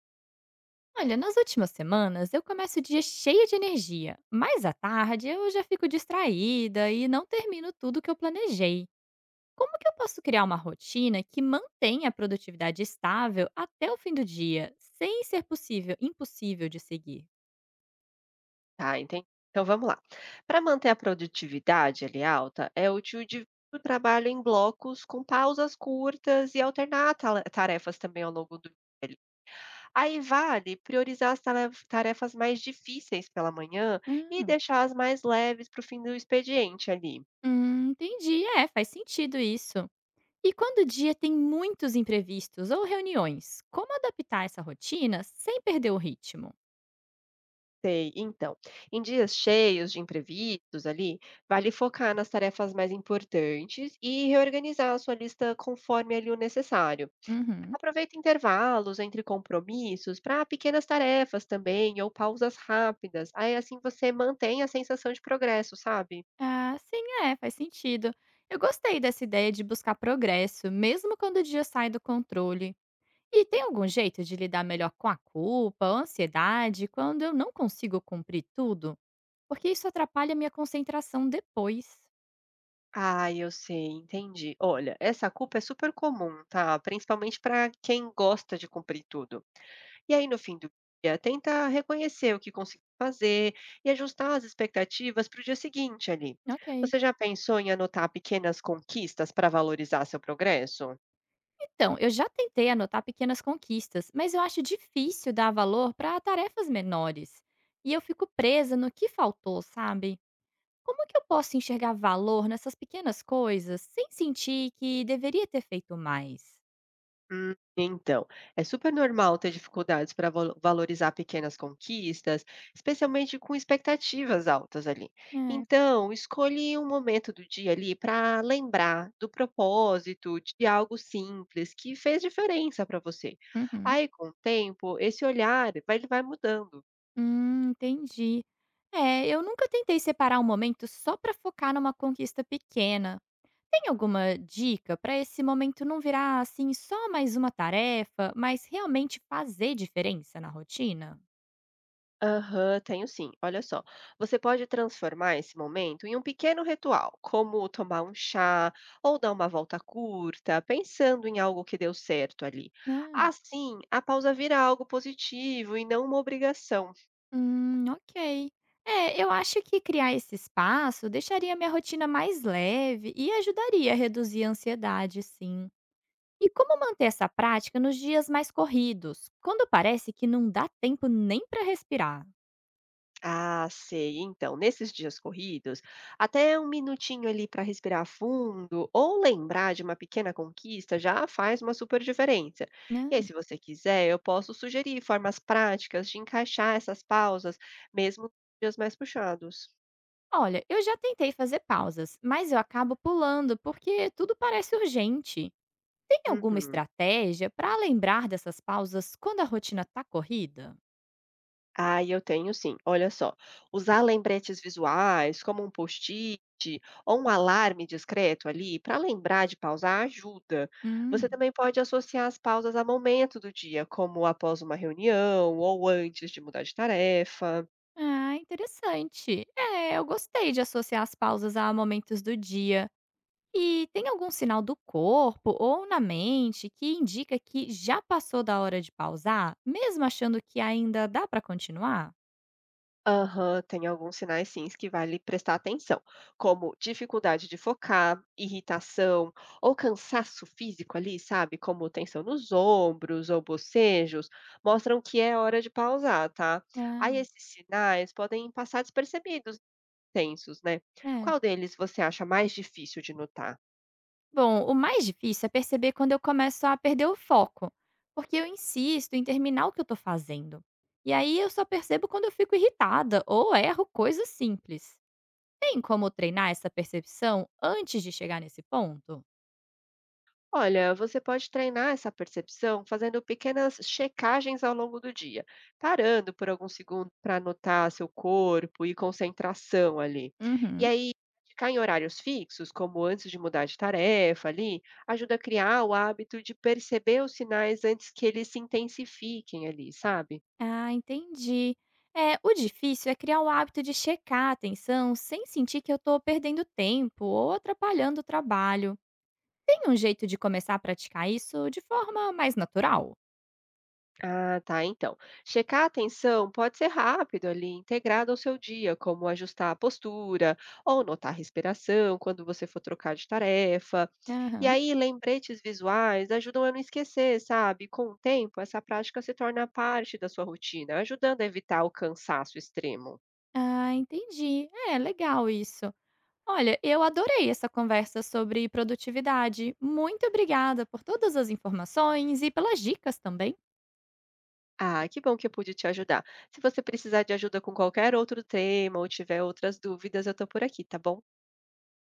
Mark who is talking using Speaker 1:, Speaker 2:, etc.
Speaker 1: Olha, nas últimas semanas eu começo o dia cheia de energia, mas à tarde eu já fico distraída e não termino tudo que eu planejei. Como que eu posso criar uma rotina que mantenha a produtividade estável até o fim do dia, sem ser possível, impossível de seguir?
Speaker 2: Tá, entendi. Então vamos lá. Para manter a produtividade ali alta, é útil dividir o trabalho em blocos com pausas curtas e alternar tarefas também ao longo do dia. Aí vale priorizar as tarefas mais difíceis pela manhã e
Speaker 1: Hum,
Speaker 2: deixar as mais leves para o fim do expediente ali.
Speaker 1: hum, entendi, é, faz sentido isso. E quando o dia tem muitos imprevistos ou reuniões, como adaptar essa rotina sem perder o ritmo?
Speaker 2: Sei. Então, em dias cheios de imprevistos ali, vale focar nas tarefas mais importantes e reorganizar a sua lista conforme ali o necessário.
Speaker 1: Uhum.
Speaker 2: Aproveita intervalos entre compromissos para pequenas tarefas também, ou pausas rápidas. Aí assim você mantém a sensação de progresso, sabe?
Speaker 1: Ah, sim, é, faz sentido. Eu gostei dessa ideia de buscar progresso, mesmo quando o dia sai do controle. E tem algum jeito de lidar melhor com a culpa, a ansiedade, quando eu não consigo cumprir tudo? Porque isso atrapalha minha concentração depois.
Speaker 2: Ah, eu sei, entendi. Olha, essa culpa é super comum, tá? Principalmente para quem gosta de cumprir tudo. E aí no fim do dia, tenta reconhecer o que conseguiu fazer e ajustar as expectativas para o dia seguinte ali.
Speaker 1: Ok.
Speaker 2: Você já pensou em anotar pequenas conquistas para valorizar seu progresso?
Speaker 1: Então, eu já tentei anotar pequenas conquistas, mas eu acho difícil dar valor para tarefas menores. E eu fico presa no que faltou, sabe? Como que eu posso enxergar valor nessas pequenas coisas sem sentir que deveria ter feito mais?
Speaker 2: Então, é super normal ter dificuldades para valorizar pequenas conquistas, especialmente com expectativas altas ali.
Speaker 1: É.
Speaker 2: Então, escolhe um momento do dia ali para lembrar do propósito de algo simples que fez diferença para você.
Speaker 1: Uhum.
Speaker 2: Aí, com o tempo, esse olhar vai, ele vai mudando.
Speaker 1: Entendi. É, eu nunca tentei separar um momento só pra focar numa conquista pequena. Tem alguma dica pra esse momento não virar assim só mais uma tarefa, mas realmente fazer diferença na rotina?
Speaker 2: Aham, tenho sim. Olha só, você pode transformar esse momento em um pequeno ritual, como tomar um chá ou dar uma volta curta, pensando em algo que deu certo ali. Assim, a pausa vira algo positivo e não uma obrigação.
Speaker 1: Ok. É, eu acho que criar esse espaço deixaria minha rotina mais leve e ajudaria a reduzir a ansiedade, sim. E como manter essa prática nos dias mais corridos, quando parece que não dá tempo nem para respirar,
Speaker 2: Ah, sei. Então, nesses dias corridos, até um minutinho ali para respirar fundo ou lembrar de uma pequena conquista já faz uma super diferença.
Speaker 1: né?
Speaker 2: E aí, se você quiser, eu posso sugerir formas práticas de encaixar essas pausas, mesmo nos dias mais puxados.
Speaker 1: Olha, eu já tentei fazer pausas, mas eu acabo pulando porque tudo parece urgente. Tem alguma
Speaker 2: Uhum.
Speaker 1: estratégia para lembrar dessas pausas quando a rotina tá corrida?
Speaker 2: Ah, eu tenho sim. Olha só, usar lembretes visuais, como um post-it ou um alarme discreto ali, para lembrar de pausar, ajuda. Você
Speaker 1: Hum.
Speaker 2: também pode associar as pausas a momento do dia, como após uma reunião ou antes de mudar de tarefa.
Speaker 1: Ah, interessante. É, eu gostei de associar as pausas a momentos do dia. E tem algum sinal do corpo ou na mente que indica que já passou da hora de pausar, mesmo achando que ainda dá para continuar?
Speaker 2: Aham, tem alguns sinais sim que vale prestar atenção, como dificuldade de focar, irritação ou cansaço físico ali, sabe? Como tensão nos ombros ou bocejos, mostram que é hora de pausar, tá?
Speaker 1: Ah,
Speaker 2: Aí esses sinais podem passar despercebidos, tensos, né?
Speaker 1: é.
Speaker 2: Qual deles você acha mais difícil de notar?
Speaker 1: Bom, o mais difícil é perceber quando eu começo a perder o foco, porque eu insisto em terminar o que eu tô fazendo. E aí eu só percebo quando eu fico irritada ou erro coisas simples. Tem como treinar essa percepção antes de chegar nesse ponto?
Speaker 2: Olha, você pode treinar essa percepção fazendo pequenas checagens ao longo do dia, parando por alguns segundos para notar seu corpo e concentração ali. E
Speaker 1: Uhum.
Speaker 2: aí, ficar em horários fixos, como antes de mudar de tarefa ali, ajuda a criar o hábito de perceber os sinais antes que eles se intensifiquem ali, sabe?
Speaker 1: Ah, entendi. É, o difícil é criar o hábito de checar a atenção sem sentir que eu estou perdendo tempo ou atrapalhando o trabalho. Tem um jeito de começar a praticar isso de forma mais natural?
Speaker 2: Ah, tá. Então, checar a atenção pode ser rápido ali, integrado ao seu dia, como ajustar a postura ou notar a respiração quando você for trocar de tarefa. E
Speaker 1: Aham.
Speaker 2: aí, lembretes visuais ajudam a não esquecer, sabe? Com o tempo, essa prática se torna parte da sua rotina, ajudando a evitar o cansaço extremo.
Speaker 1: Ah, entendi. É, legal isso. Olha, eu adorei essa conversa sobre produtividade. Muito obrigada por todas as informações e pelas dicas também.
Speaker 2: Ah, que bom que eu pude te ajudar. Se você precisar de ajuda com qualquer outro tema ou tiver outras dúvidas, eu tô por aqui, tá bom?